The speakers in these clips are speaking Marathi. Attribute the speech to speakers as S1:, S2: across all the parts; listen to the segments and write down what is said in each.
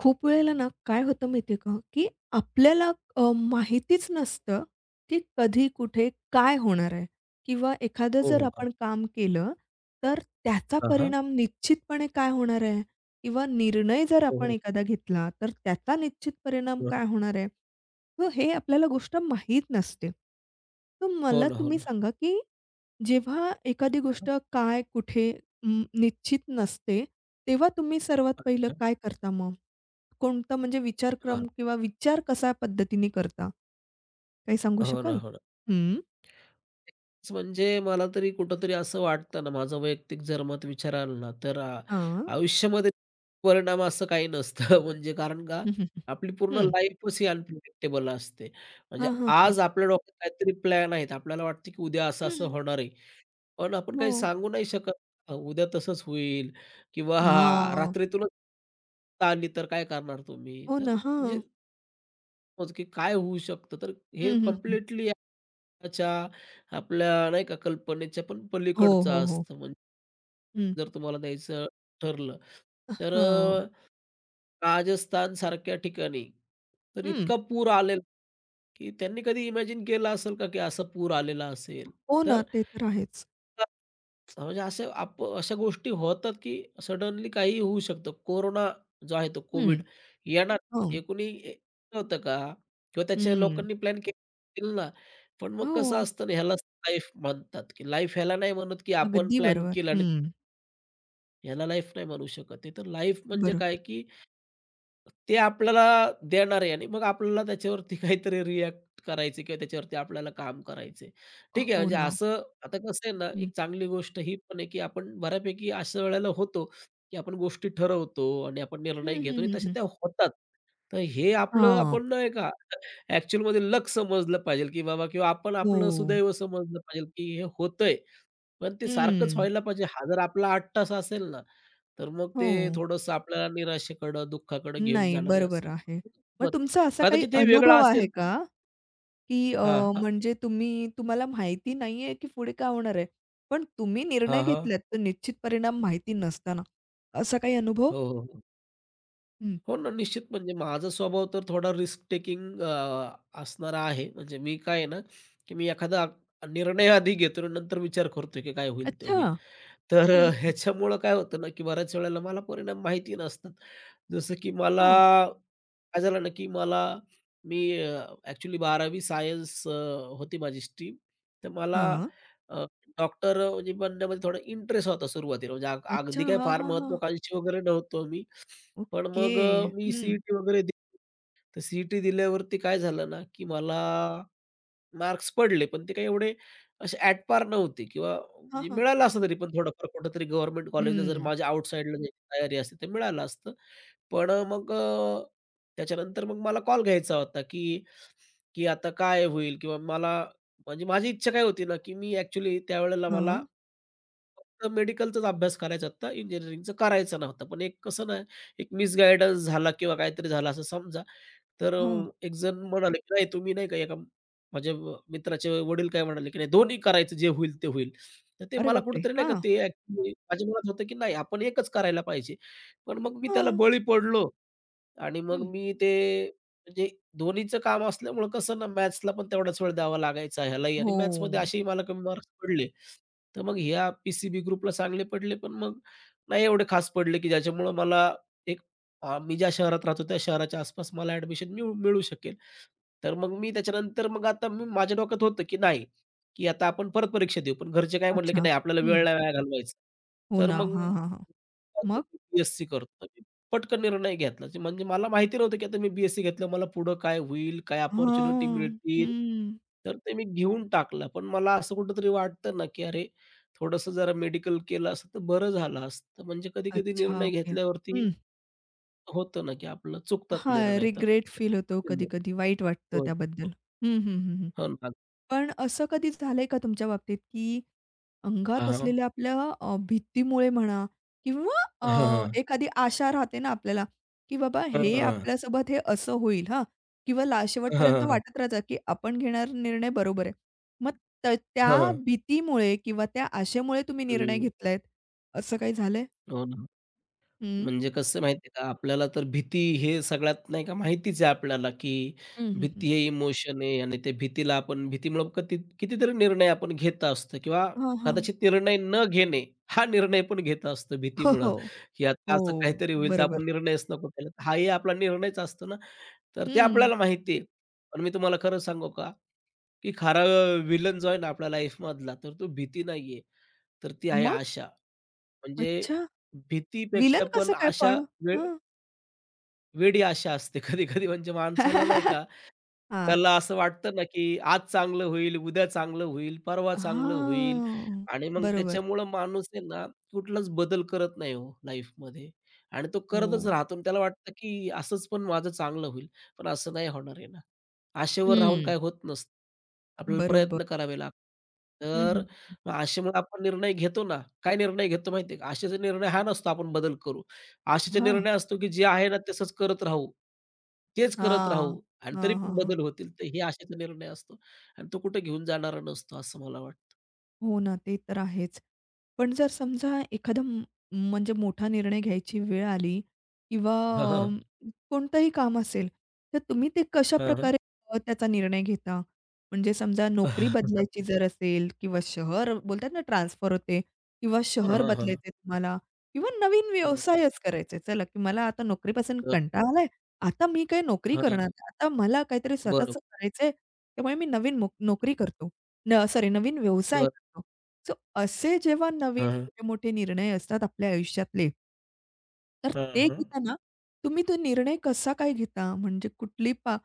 S1: खूप वेळेला ना काय होतं माहिती आहे का, की आपल्याला माहितीच नसतं, की कधी, कुठे, काय होणार आहे? किंवा एखादं
S2: हो,
S1: जर
S2: हो. हां.
S1: आपण काम केलं, तर त्याचा
S2: हां, हां.
S1: परिणाम निश्चितपणे काय होणार आहे? किंवा निर्णय जर
S2: हो,
S1: आपण
S2: हो.
S1: एखादा घेतला, तर त्याचा निश्चित परिणाम
S2: हं.
S1: काय होणार आहे? तर हे आपल्याला गोष्ट माहीत नसते. तर
S2: हो
S1: मला
S2: ना, हो
S1: तुम्ही
S2: ना.
S1: सांगा, की जेव्हा एखादी
S2: हां.
S1: गोष्ट काय, कुठे, निश्चित नसते, तेव्हा तुम्ही सर्वात पहिलं
S2: अच्छा.
S1: काय करता मग? कोणता म्हणजे विचारक्रम
S2: हां.
S1: किंवा विचार कसा पद्धतीने करता? काही सांगू
S2: हो
S1: शकाल?
S2: ना, हो ना.
S1: हं.
S2: तेच म्हणजे मला तरी कुठेतरी असं वाटतं ना, माझं वैयक्तिक जर मत विचाराल ना, तर
S1: हां.
S2: आयुष्यामध्ये परिणाम असं काही नसतं. म्हणजे कारण का, आपली पूर्ण
S1: हं,
S2: लाईफच ही अनप्रिडिक्टेबल असते. म्हणजे
S1: हं, हं. हं. हां, हां, हां.
S2: आज आपल्या डोक्यात काहीतरी प्लॅन आहेत. आपल्याला वाटतं की उद्या असं-असं
S1: हं.
S2: होणार आहे. पण आपण
S1: हो.
S2: काही सांगू नाही शकत. उद्या तसंच होईल किंवा
S1: हां.
S2: रात्रीतूनच आली तर काय करणार तुम्ही?
S1: हो
S2: तर
S1: ना. हां.
S2: म्हणजे समज की काय होऊ शकतं? तर हे
S1: हं, हं, हं.
S2: कंप्लीटली त्याच्या आपल्या नाही का कल्पनेच्या पण
S1: हो,
S2: पलीकडचं
S1: हो, हो.
S2: असतं. म्हणजे
S1: हं.
S2: जर तुम्हाला द्यायचं ठरलं, तर
S1: हां.
S2: अ, राजस्थानसारख्या ठिकाणी तर
S1: हं.
S2: इतका पूर आलेला, की त्यांनी कधी इमॅजिन केलं असेल का, की असा पूर आलेला असेल?
S1: हो ना.
S2: तर
S1: ते तर आहेच.
S2: म्हणजे असे आप अशा गोष्टी होतात, की सडनली काहीही होऊ शकतं. कोरोना जो आहे तो
S1: हं.
S2: कोविड येणार
S1: हो.
S2: हे कुणी होतं का? किंवा त्याच्या
S1: हं.
S2: लोकांनी प्लॅन केले असतील ना. पण मग
S1: हो.
S2: कसं असतं ना, ह्यालाच लाईफ म्हणतात, की लाईफ ह्याला नाही म्हणत, की आपण
S1: अगदी
S2: प्लॅन
S1: बरोबर.
S2: केला आणि
S1: हं.
S2: ह्याला लाईफ नाही म्हणू शकत. ते तर लाईफ म्हणजे काय,
S1: बरोबर.
S2: की ते आपल्याला देणार आहे आणि मग आपल्याला त्याच्यावरती काहीतरी रिएक्ट करायचं किंवा त्याच्यावरती आपल्याला काम करायचंय. ठीक आहे,
S1: हो
S2: म्हणजे
S1: ना.
S2: असं आता कसं आहे ना,
S1: हं.
S2: एक चांगली गोष्ट ही पण आहे, की आपण बऱ्यापैकी अशा वेळेला होतो, की आपण गोष्टी ठरवतो आणि आपण निर्णय
S1: हं, हं,
S2: घेतो आणि
S1: हं,
S2: तशा
S1: हं.
S2: त्या होतात. तर हे आपलं
S1: हां.
S2: आपण नाही का ॲक्चुअलमध्ये लक समजलं पाहिजे, की बाबा किंवा आपण आपलं
S1: हो.
S2: सुदैव समजलं पाहिजे, की हे होतंय पण ते सारखंच
S1: हं.
S2: व्हायला पाहिजे. हा जर आपला 8 तास असेल ना, तर मग
S1: हो.
S2: ते थोडंसं आपल्याला निराशेकडं, दुःखाकडं घेऊन
S1: नाही,
S2: जाणार आहे
S1: बरोबर
S2: असं
S1: आहे. मग
S2: होते.
S1: तुमचा असा काही
S2: कदाचित हे वेगळा
S1: अनुभव आहे
S2: असेल
S1: का, की
S2: हां, हां.
S1: म्हणजे तुम्हाला माहिती नाहीये, की पुढे काय होणार आहे? पण तुम्ही निर्णय
S2: हां, हां.
S1: घेतलात, तर निश्चित परिणाम माहिती नसताना. असा काही अनुभव?
S2: हो, हो, हो.
S1: हं.
S2: हो ना, निश्चित म्हणजे माझा स्वभाव तर थोडा रिस्क टेकिंग असणारा आहे. म्हणजे मी काय आहे ना, की मी एखादा निर्णय आधी घेतो आणि नंतर विचार करतो, की काय होईल ते
S1: अच्छा.
S2: होईल. तर
S1: हं,
S2: अ,
S1: हं.
S2: ह्याच्यामुळं काय होतं ना, की बऱ्याच वेळेला मला परिणाम माहिती नसतात. जसं की मला
S1: हां.
S2: काय झालं ना, की मला मी ॲक्चुअली 12वी सायन्स होती माझी स्ट्रीम. तर मला
S1: हां.
S2: डॉक्टर म्हणजे बनण्यामध्ये थोडा इंटरेस्ट होता सुरुवातीला. म्हणजे
S1: अच्छा.
S2: अगदी काही
S1: हां,
S2: फार
S1: हां, हां.
S2: महत्त्वाकांक्षी वगैरे नव्हतो मी. पण
S1: ओके.
S2: मग अ, मी
S1: हं.
S2: सी-ई-टी वगैरे दिली. तर सी दिल्यावरती काय झालं ना, की मला मार्क्स पडले, पण ते काही एवढे असे ॲट पार नव्हते किंवा
S1: हां,
S2: म्हणजे
S1: हां.
S2: मिळालं असतं तरी पण थोडंफार कुठेतरी गव्हर्नमेंट कॉलेजला जर
S1: हं.
S2: माझ्या आउटसाइडला जायची तयारी असते तर मिळालं असतं. पण मग त्याच्यानंतर मग मला कॉल घ्यायचा होता, की की आता काय होईल? किंवा मला म्हणजे माझी इच्छा काय होती ना, की मी ॲक्चुअली त्यावेळेला मला
S1: हां,
S2: फक्त मेडिकलचाच अभ्यास करायचा होता, इंजिनिअरिंगचा करायचा नव्हता. पण एक कसं ना, एक मिसगाईडन्स झाला किंवा काहीतरी झालं असं समजा. तर
S1: हां.
S2: अ, एक जण म्हणाले, की "नाही तुम्ही नाही का एका माझ्या मित्राचे वडील काय म्हणाले, की "नाही दोन्ही करायचं जे होईल ते होईल." तर ते
S1: अरे
S2: मला
S1: बापरे!
S2: कुठेतरी नाही का
S1: हां,
S2: ते ॲक्चुअली माझ्या मनात होतं, की नाही आपण एकच करायला पाहिजे. पण मग मी त्याला
S1: हां.
S2: बळी पडलो आणि मग
S1: हं.
S2: मी ते म्हणजे दोन्हीचं काम असल्यामुळं कसं ना मॅथ्सला पण तेवढाच वेळ द्यावा लागायचा ह्यालाही आणि
S1: हो.
S2: मॅथ्समध्ये असेही मला कमी मार्क्स पडले. तर मग ह्या पी-सी-बी ग्रुपला चांगले पडले, पण मग नाही एवढे खास पडले, की ज्याच्यामुळं मला एक मी ज्या शहरात राहतो त्या शहराच्या आसपास मला ॲडमिशन मिळू मिळू शकेल. तर मग मी त्याच्यानंतर मग आता मी माझ्या डोक्यात होतं, की नाही, की आता आपण परत परीक्षा देऊ. पण घरचे काय म्हटले, की
S1: अच्छा.
S2: "नाही, आपल्याला
S1: हं.
S2: वेळ नाही वाया घालवायचा."
S1: हो
S2: तर
S1: ना.
S2: मग
S1: हां, हां, हां. मग?
S2: बी-एस-सी करतो. पटकन निर्णय घेतला. जे म्हणजे मला माहिती नव्हतं, की आता मी बी घेतलं मला पुढं काय होईल? काय अपॉर्च्युनिटी
S1: हां.
S2: मिळतील?
S1: हं.
S2: तर ते मी घेऊन टाकलं. पण मला असं कुठेतरी वाटतं ना, की अरे, थोडंसं जरा मेडिकल केलं असतं तर बरं झालं असतं. म्हणजे कधी-कधी
S1: अच्छा,
S2: निर्णय
S1: ओके.
S2: घेतल्यावरती
S1: हं.
S2: होतं ना, की आपलं चुकतात
S1: हां,
S2: निर्णय तर
S1: रिग्रेट फील होतो कधी-कधी, वाईट वाटतं
S2: हो, हो.
S1: त्याबद्दल. हं, हं, हं, हं.
S2: हो ना.
S1: पण असं कधी झालंय का तुमच्या बाबतीत, की अंगात
S2: हां. हां.
S1: असलेल्या आपल्या भीतीमुळे म्हणा किंवा
S2: हां, हां.
S1: एखादी आशा राहते ना आपल्याला, की बाबा हे
S2: हां,
S1: आपल्यासोबत हे असं होईल हां किंवा ला शेवटपर्यंत
S2: हां.
S1: वाटत राहतं, की आपण घेणारा निर्णय बरोबर आहे. मग त
S2: हां,
S1: त्या
S2: हां.
S1: भीतीमुळे किंवा त्या आशेमुळे तुम्ही निर्णय घेतलायत, असं काही झालंय?
S2: हो ना.
S1: हं.
S2: म्हणजे कसं माहिती आहे का, आपल्याला तर भीती हे सगळ्यात नाही का माहितीच आहे आपल्याला, की
S1: हं, हं, हं.
S2: भीती हे इमोशन आहे आणि त्या भीतीला आपण भीतीमुळं कितीतरी निर्णय आपण घेत असतो किंवा
S1: हां, हां.
S2: कदाचित निर्णय न घेणे, हा निर्णय पण घेत असतो
S1: हो, हो.
S2: भीतीमुळं, की आता
S1: हो,
S2: असं काहीतरी होईल तर
S1: बरोबर.
S2: आपण निर्णयच नको केला. हाही आपला निर्णयच असतो ना, तर ते
S1: हं.
S2: आपल्याला माहिती आहे. पण मी तुम्हाला खरं सांगू का, की खरा विलन जो आहे ना आपल्या लाईफमधला, तर तो भीती नाहीये, तर ती आहे
S1: मग?
S2: आशा. म्हणजे
S1: अच्छा,
S2: भीतीपेक्षा
S1: विलन कसं
S2: पण
S1: काय
S2: आशा
S1: पण? हां.
S2: वेडी आशा असते कधी-कधी म्हणजे माणसाला नाही का,
S1: हां. हां.
S2: त्याला असं वाटतं ना, की आज चांगलं होईल, उद्या चांगलं होईल, परवा चांगलं होईल आणि मग
S1: बरोबर.
S2: त्याच्यामुळं माणूस आहे ना, कुठलाच बदल करत नाही हो लाईफमध्ये आणि तो
S1: हो.
S2: करतच राहतो आणि त्याला वाटतं, की असंच पण माझं चांगलं होईल. पण असं नाही होणार आहे ना. आशेवर राहून काय
S1: हं.
S2: होत नसतं. आपल्याला
S1: बरोबर.
S2: प्रयत्न करावे लागतात.
S1: हं,
S2: तर
S1: हं.
S2: मग आशेमुळे आपण निर्णय घेतो ना, काय निर्णय घेतो माहिती का? आशेचा निर्णय हा नसतो आपण बदल करू. आशेचा
S1: हां.
S2: निर्णय असतो, की जे आहे ना तसंच करत राहू. तेच करत
S1: हां.
S2: राहू आणि तरी पण
S1: हां,
S2: बदल होतील. तर हे आशेचा निर्णय असतो आणि तो कुठे घेऊन जाणारा नसतो असं मला वाटतं.
S1: हो ना, ते तर आहेच. पण जर समजा एखादा म्हणजे मोठा निर्णय घ्यायची वेळ आली किंवा
S2: हां, हां.
S1: कोणतंही काम असेल, तर तुम्ही ते
S2: हां, हां.
S1: कशाप्रकारे त्याचा निर्णय घेता? म्हणजे समजा नोकरी बदलायची जर असेल किंवा शहर बोलतात ना ट्रान्सफर होते किंवा
S2: हां,
S1: शहर
S2: हां, हां.
S1: बदलायचंय तुम्हाला किंवा नवीन
S2: हं,
S1: व्यवसायच करायचा चला, की मला आता नोकरीपासून
S2: तर
S1: कंटाळा आलाय. आता मी काही नोकरी
S2: हां,
S1: करणार नाही. आता मला काहीतरी
S2: बरं,
S1: स्वतःचं करायचंय, त्यामुळे मी नवीन नोकरी करतो. न सॉरी, नवीन व्यवसाय
S2: बरं.
S1: करतो. सो असे जेव्हा नवीन
S2: हां, हां.
S1: मोठे-मोठे निर्णय असतात आपल्या आयुष्यातले, तर
S2: हां,
S1: ते
S2: हां.
S1: घेताना तुम्ही तो निर्णय कसा काय घेता? म्हणजे कुठली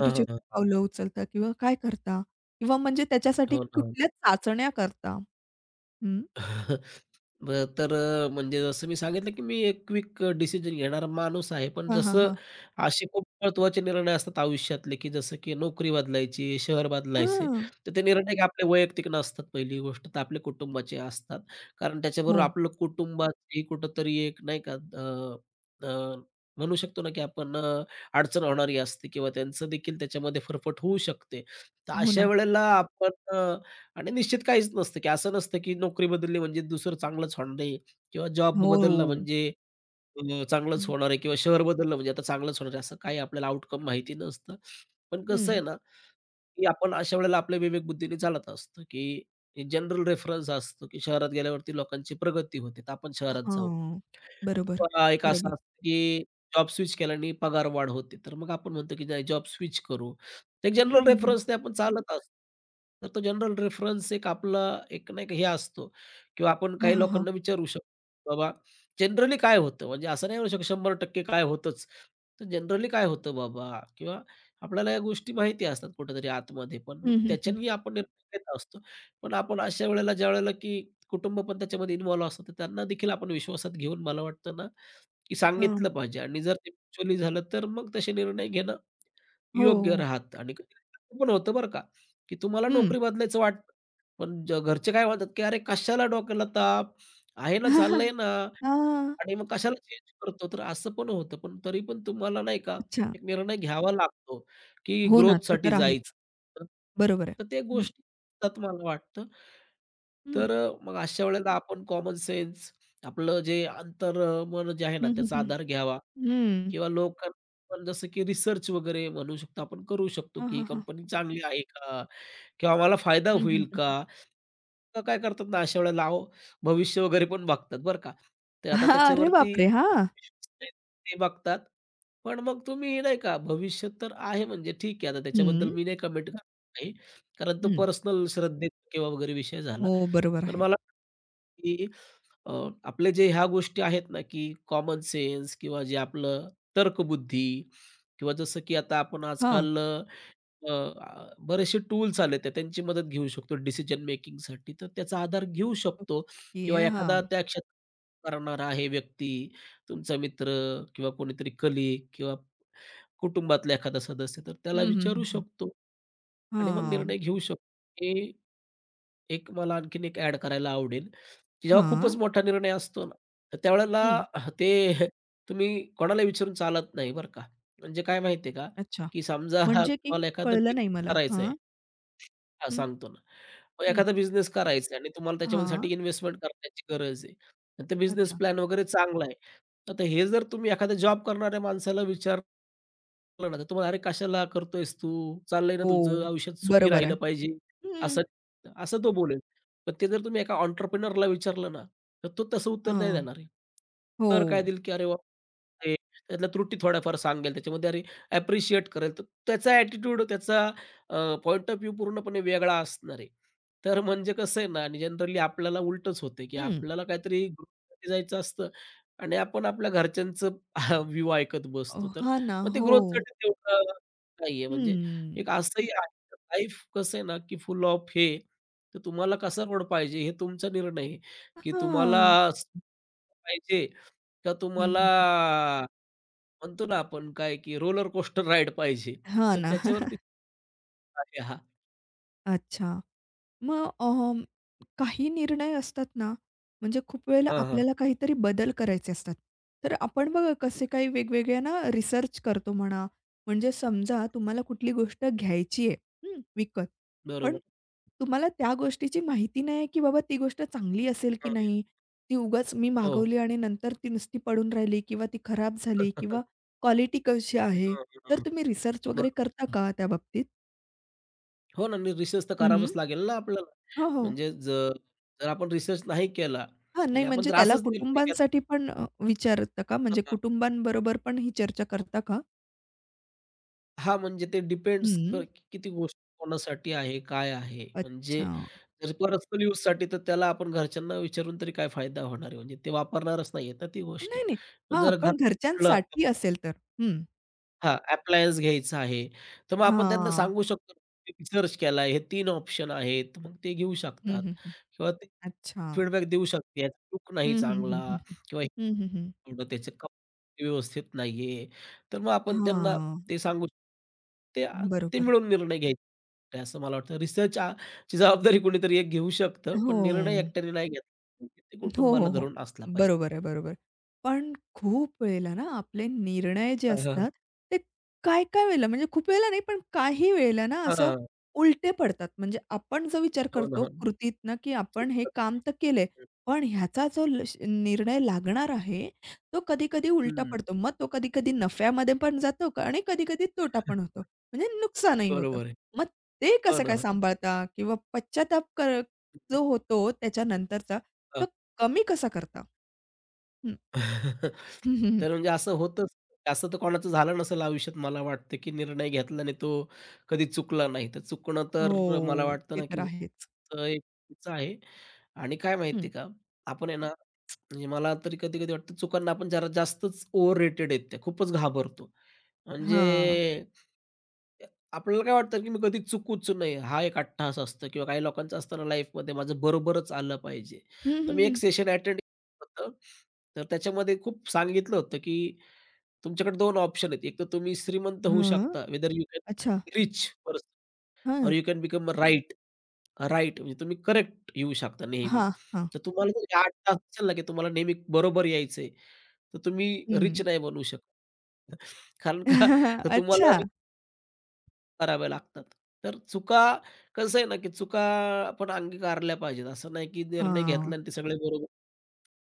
S2: हां, हां, हां.
S1: पावलं उचलता किंवा काय करता? किंवा म्हणजे त्याच्यासाठी
S2: हो ना. हो.
S1: कुठल्या चाचण्या करता? हं.
S2: बरं, तर म्हणजे जसं मी सांगितलं, की मी एक क्विक डिसिजन घेणारा माणूस आहे. पण
S1: हां, हां,
S2: जसं
S1: हां.
S2: असे खूप महत्त्वाचे निर्णय असतात आयुष्यातले, की जसं की नोकरी बदलायची, शहर बदलायचे,
S1: हां.
S2: तर ते निर्णय काय आपले वैयक्तिक नसतात. पहिली गोष्ट तर आपल्या कुटुंबाचे असतात. कारण
S1: हो.
S2: त्याच्याबरोबर आपलं कुटुंबाची कुठेतरी एक नाही का अ, अ, म्हणू शकतो ना, की आपण अडचण होणारी असते किंवा त्यांचं देखील त्याच्यामध्ये फरफट होऊ शकते. तर
S1: हो
S2: अशा
S1: ना.
S2: वेळेला आपण आणि निश्चित काहीच नसतं, की असं नसतं, की नोकरी बदलली म्हणजे दुसरं चांगलंच होणार आहे किंवा जॉब
S1: हो.
S2: बदलला म्हणजे चांगलंच
S1: हं.
S2: होणार आहे किंवा शहर बदललं म्हणजे आता चांगलंच होणार आहे. असं काही आपल्याला आउटकम माहिती नसतं. पण कसं
S1: हं.
S2: आहे ना, की आपण अशा वेळेला आपल्या विवेकबुद्धीने चालत असतो, की जनरल रेफरन्स असतो, की शहरात गेल्यावरती लोकांची प्रगती होते, तर आपण शहरात जाऊ.
S1: हां. बरोबर.
S2: किंवा एक असं
S1: बरोबर.
S2: असतं, की जॉब स्विच केल्याने पगारवाढ होते. तर मग आपण म्हणतो, की नाही जॉब स्विच करू. तर एक
S1: हं,
S2: जनरल
S1: हं, हं.
S2: रेफरन्सने आपण चालत असतो. तर तो जनरल रेफरन्स एक आपला एक नाही का हे असतो किंवा आपण
S1: हां,
S2: काही
S1: हां, हां.
S2: लोकांना विचारू शकतो, "बाबा जनरली काय होतं?" म्हणजे असं नाही म्हणू शकत 100% काय होतंच. तर जनरली काय होतं बाबा? किंवा आपल्याला या गोष्टी माहिती असतात कुठेतरी आतमध्ये पण. मग
S1: हं, हं, हं.
S2: त्याच्याने आपण निर्णय घेत असतो. पण आपण अशा वेळेला ज्यावेळेला की कुटुंब पण त्याच्यामध्ये इन्व्हॉल्व असतं, तर त्यांना देखील आपण विश्वासात घेऊन मला वाटतं ना, की
S1: हां.
S2: सांगितलं पाहिजे आणि जर ते म्युच्युअली झालं, तर मग तसे निर्णय घेणं
S1: हो.
S2: योग्य राहतं आणि कधी-कधी असं पण होतं बरं का, की तुम्हाला
S1: हं.
S2: नोकरी बदलायचं वाटतं, पण घरचे काय म्हणतात, की "अरे, कशाला डोक्याला ताप? आहे ना, चाललंय ना."
S1: हां.
S2: आणि मग कशाला चेंज करतो, तर असं पण होतं. पण तरी पण तुम्हाला नाही का,
S1: अच्छा.
S2: एक निर्णय घ्यावा लागतो, की
S1: हो ना, ते तर
S2: ग्रोथसाठी
S1: आहेच.
S2: जायचं.
S1: बरोबर आहे.
S2: तर ते
S1: हं.
S2: गोष्टी असतात मला वाटतं.
S1: हं.
S2: तर मग अशा वेळेला आपण कॉमन सेन्स आपलं जे अंतर्मन जे आहे ना,
S1: हं, हं,
S2: त्याचा
S1: हं.
S2: आधार घ्यावा
S1: हं.
S2: किंवा लोकांना पण जसं की रिसर्च वगैरे म्हणू शकतो आपण, करू शकतो,
S1: हां,
S2: की ही
S1: हां, हां.
S2: कंपनी चांगली आहे का? किंवा मला फायदा
S1: हं, हं,
S2: होईल
S1: हं.
S2: का? तर काय करतात ना, अशा वेळेला अहो, भविष्य वगैरे पण बघतात बरं का. तर आता
S1: हां, अरे
S2: त्याच्यावरती
S1: बापरे! हां.
S2: ते बघतात. पण मग तुम्ही नाही का, भविष्य तर आहे म्हणजे ठीक आहे. आता
S1: हं,
S2: त्याच्याबद्दल मी नाही कमेंट करणार काही, कारण तो
S1: हं.
S2: पर्सनल श्रद्धेचा किंवा वगैरे विषय झाला.
S1: हो, बरोबर
S2: पण
S1: आहे.
S2: मला वाटतं की अ, आपले जे ह्या गोष्टी आहेत ना, की कॉमन सेन्स किंवा जे आपलं तर्कबुद्धी किंवा जसं की आता आपण
S1: हां.
S2: आजकाल बरेचसे टूल्स आलेत आहे, त्यांची मदत घेऊ शकतो डिसिजन मेकिंगसाठी. तर त्याचा आधार घेऊ शकतो
S1: ओके.
S2: किंवा एखादा
S1: हां.
S2: त्या क्षेत्रात करणारा आहे व्यक्ती, तुमचा मित्र किंवा कोणीतरी कलीग किंवा कुटुंबातला एखादा सदस्य, तर त्याला
S1: हं, हं,
S2: विचारू
S1: हं, हं.
S2: शकतो आणि मग
S1: हां.
S2: निर्णय घेऊ शकतो, की एक मला आणखीन एक ॲड करायला आवडेल, की जेव्हा
S1: हां.
S2: खूपच मोठा निर्णय असतो ना, तर त्यावेळेला
S1: हं.
S2: ते तुम्ही कोणाला विचारून चालत नाही बरं का. म्हणजे काय माहिती आहे का,
S1: अच्छा.
S2: की समजा
S1: म्हणजे की
S2: तुम्हाला एखादा
S1: कळलं
S2: बिझनेस
S1: नाही मला.
S2: करायचा
S1: हां.
S2: आहे. हां,
S1: हं,
S2: सांगतो ना. मग
S1: हं.
S2: एखादा बिझनेस करायचा आहे आणि तुम्हाला त्याच्यासाठी
S1: हां.
S2: इन्व्हेस्टमेंट करण्याची गरज आहे. तर बिझनेस
S1: अच्छा.
S2: प्लॅन वगैरे चांगला आहे. आता हे जर तुम्ही एखाद्या जॉब करणाऱ्या माणसाला विचारलं ना, तर तो म्हणाला, "अरे कशाला करतोयस तू? चाललंय ना
S1: हो,
S2: तुझं, आयुष्यात सुखी
S1: बरोबर आहे.
S2: राहिलं पाहिजे."
S1: हं.
S2: असं असं तो बोलेल. पण ते जर तुम्ही एका एंटरप्रेन्योरला विचारलं ना, तर तो तसं उत्तर नाही
S1: हां.
S2: देणार आहे.
S1: हो.
S2: तर काय देईल, की "अरे वाह! हे" त्यातल्या त्रुटी थोड्याफार सांगेल, त्याच्यामध्ये अरे ॲप्रिशिएट करेल. तर त्याचा ॲटिट्यूड, त्याचा अ, ऑफ व्ह्यू पूर्णपणे वेगळा असणार आहे. तर म्हणजे कसं आहे ना आणि जनरली आपल्याला उलटंच होतं, की
S1: हं.
S2: आपल्याला काहीतरी ग्रुपमध्ये जायचं असतं आणि आपण आपल्या घरच्यांचं व्ह्यू ऐकत बसतो. तर
S1: हां ना.
S2: मग ते
S1: हो.
S2: ग्रोथसाठी तेवढं नाहीये. म्हणजे
S1: हं.
S2: एक असंही आहे लाईफ कसं आहे ना, की फुल ऑफ हे, तर तुम्हाला कसा रोड पाहिजे हे तुमचा निर्णय आहे, की तुम्हाला
S1: हां.
S2: स- पाहिजे का
S1: हं,
S2: तुम्हाला
S1: हं.
S2: म्हणतो ना आपण काय, की रोलर कोस्टर राईड पाहिजे.
S1: हां
S2: तर
S1: ना.
S2: त्याच्यावरती आहे हा.
S1: अच्छा. मग काही निर्णय असतात ना, म्हणजे खूप वेळेला
S2: हां, हां.
S1: आपल्याला काहीतरी बदल करायचे असतात. तर आपण बघा कसे काही वेगवेगळे ना रिसर्च करतो म्हणा, म्हणजे समजा तुम्हाला कुठली गोष्ट घ्यायची आहे, हं, विकत. पण
S2: बरोबर.
S1: तुम्हाला त्या गोष्टीची माहिती नाही की बाबा ती गोष्ट चांगली असेल की
S2: हां, हां.
S1: नाही? ती उगाच मी
S2: हो,
S1: मागवली
S2: हो.
S1: आणि नंतर ती नुसती पडून राहिली किंवा ती खराब झाली किंवा क्वालिटी कशी आहे? तर तुम्ही रिसर्च वगैरे
S2: बरं.
S1: करता का त्या बाबतीत?
S2: हो ना, आणि रिसर्च तर
S1: हं,
S2: करावाच लागेल ना आपल्याला.
S1: हो, हो.
S2: म्हणजे जर जर आपण रिसर्च नाही केला
S1: हां, नाही
S2: आणि आपण
S1: म्हणजे
S2: जर
S1: त्याला
S2: असंच निर्णय घेतला
S1: कुटुंबांसाठी पण विचारता का? म्हणजे
S2: हां,
S1: कुटुंबांबरोबर पण ही चर्चा करता का?
S2: हां, म्हणजे ते डिपेंड्स
S1: हं.
S2: किती गोष्ट कोणासाठी आहे, काय आहे?
S1: अच्छा.
S2: म्हणजे जर पर्सनल यूजसाठी तर त्याला आपण घरच्यांना विचारून तरी काय फायदा होणार आहे? म्हणजे ते वापरणारच नाहीये ना ती गोष्ट.
S1: नाही, नाही.
S2: पण
S1: हां,
S2: जर घरात
S1: पण
S2: कुठलं
S1: घरच्यांसाठी असेल तर. हं.
S2: हां, अप्लायन्स घ्यायचा आहे, तर मग आपण त्यांना
S1: हां.
S2: सांगू शकतो, की रिसर्च केलाय, हे 3 ऑप्शन आहेत, मग ते घेऊ
S1: हं,
S2: शकतात
S1: हं, हं.
S2: किंवा ते
S1: अच्छा.
S2: फीडबॅक देऊ शकते. याचा लूक नाही
S1: हं, हं, हं,
S2: चांगला
S1: हं, हं.
S2: किंवा
S1: हं, हं, हं.
S2: एवढं त्याचे कपडे व्यवस्थित नाहीये. तर मग आपण त्यांना
S1: हां.
S2: ते सांगू शकतो. ते आ ते
S1: बरोबर.
S2: मिळून निर्णय घ्यायचे असं मला वाटतं. रिसर्च ची जबाबदारी कोणीतरी एक घेऊ शकतं,
S1: हो.
S2: पण निर्णय एकट्याने नाही घेतला ते
S1: हो, हो,
S2: कुटुंबाला
S1: हो.
S2: धरून असला पाहिजे.
S1: बरोबर आहे, बरोबर. पण खूप वेळेला ना आपले निर्णय जे
S2: हां, हां.
S1: असतात ते काय-काय वेळेला म्हणजे खूप वेळेला नाही पण काही वेळेला ना असं
S2: हां.
S1: उलटे पडतात. म्हणजे आपण जो विचार
S2: हो ना,
S1: करतो
S2: हो ना.
S1: कृतीतनं, की आपण हे
S2: चुकतात.
S1: काम तर केलंय, पण ह्याचा जो निर्णय लागणार आहे तो कधी-कधी उलटा
S2: हं.
S1: पडतो. मग तो कधी-कधी नफ्यामध्ये पण जातो आणि कधी-कधी तोटा पण होतो. म्हणजे नुकसानही होतं.
S2: बरोबर आहे.
S1: मग ते
S2: हो
S1: कसं
S2: ना,
S1: काय
S2: हो ना.
S1: सांभाळता किंवा पश्चाताप जो होतो त्याच्यानंतरचा, तो कमी कसा करता? हं.
S2: तर म्हणजे असं होतंच. असं तर कोणाचं झालं नसेल आयुष्यात मला वाटतं, की निर्णय घेतला आणि तो कधी चुकला नाही. तर चुकणं तर मला
S1: हो,
S2: वाटतं
S1: ते
S2: ना,
S1: तर
S2: की
S1: आहेच.
S2: तर एक चुकीचं आहे आणि काय
S1: हं.
S2: माहिती का, आपण आहे ना, म्हणजे मला तरी कधी-कधी वाटतं चुकांना आपण जरा जास्तच ओव्हर रेटेड आहेत त्या. खूपच घाबरतो. म्हणजे
S1: हां.
S2: आपल्याला काय वाटतं, की मी कधी चुकूच नाही. हा एक अट्टहास असतो किंवा काही लोकांचं असतं ना लाईफमध्ये माझं बरोबरच आलं पाहिजे.
S1: हं,
S2: तर
S1: हं,
S2: मी एक
S1: हं.
S2: सेशन अटेंड केलं होतं. तर त्याच्यामध्ये खूप सांगितलं होतं, की तुमच्याकडे 2 ऑप्शन आहेत. एक तर तुम्ही श्रीमंत होऊ
S1: हां.
S2: शकता वेदर यू कॅन
S1: अच्छा.
S2: रिच पर्सन ऑर
S1: हां.
S2: You can become a right. Right म्हणजे तुम्ही करेक्ट येऊ शकता नेहमी.
S1: हां, हां.
S2: तर तुम्हाला जर या अट्टहास असेल ना, की तुम्हाला नेहमी बरोबर यायचंय, तर तुम्ही रिच
S1: हं.
S2: नाही बनू शकत. कारण का? तर तुम्हाला
S1: अच्छा.
S2: कराव्या लागतात. तर चुका कसं आहे ना, की चुका आपण अंगीकारल्या पाहिजेत. असं नाही की निर्णय घेतला
S1: हां.
S2: आणि ते सगळे बरोबर.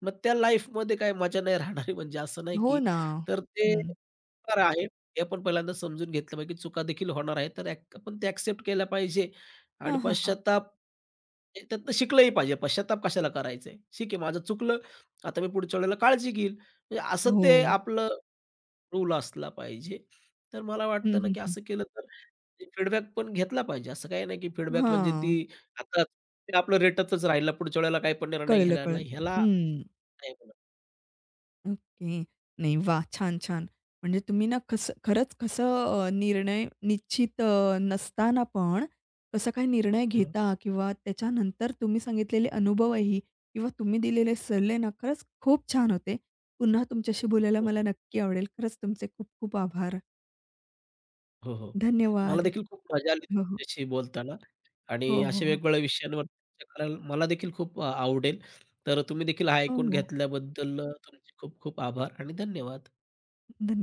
S2: मग त्या लाईफमध्ये काही मजा नाही राहणार आहे म्हणजे असं नाही
S1: हो
S2: की
S1: ना.
S2: तर ते
S1: हं.
S2: होणार आहे. हे आपण पहिल्यांदा समजून घेतलं पाहिजे, की चुका देखील होणार आहेत. तर आपण ते ॲक्सेप्ट केल्या पाहिजे
S1: हां,
S2: आणि
S1: हां, हां.
S2: पश्चात्ताप ए त्यातनं शिकलंही पाहिजे. पश्चात्ताप कशाला करायचा ठीक आहे, माझं चुकलं. आता मी पुढच्या वेळेला काळजी घेईल. म्हणजे असं
S1: हो.
S2: ते आपलं रूल असला पाहिजे. तर मला
S1: हं,
S2: वाटतं ना,
S1: हं,
S2: की
S1: हं.
S2: असं केलं तर फीडबॅक पण घेतला पाहिजे. असं काही नाही, की फीडबॅक म्हणजे ती
S1: हां.
S2: आता ते आपलं रेटतच राहिलं, पुढच्या वेळेला काही पण निर्णय
S1: कळलं,
S2: घ्यायला लागला,
S1: कळलं.
S2: ह्याला
S1: हं.
S2: नाही म्हणत.
S1: ओके. नाही वा छान, छान. म्हणजे तुम्ही ना कसं खरंच कसं निर्णय निश्चित नसताना पण कसं काही निर्णय
S2: हं.
S1: घेता किंवा त्याच्यानंतर तुम्ही सांगितलेले अनुभवही किंवा तुम्ही दिलेले सल्ले ना खरंच खूप छान होते. पुन्हा तुमच्याशी बोलायला
S2: हो,
S1: मला
S2: हो.
S1: नक्की आवडेल. खरंच तुमचे खूप खूप आभार.
S2: हो, हो. मला
S1: धन्यवाद.
S2: देखील खूप मजा आली
S1: हो, हो.
S2: तुमच्याशी बोलताना
S1: हो,
S2: आणि
S1: हो,
S2: अशा
S1: हो.
S2: वेगवेगळ्या विषयांवर चर्चा करायला मला देखील खूप आवडेल. तर तुम्ही देखील हा
S1: हो,
S2: ऐकून
S1: हो.
S2: घेतल्याबद्दल तुमचे खूप खूप आभार आणि धन्यवाद.
S1: धन्यवाद.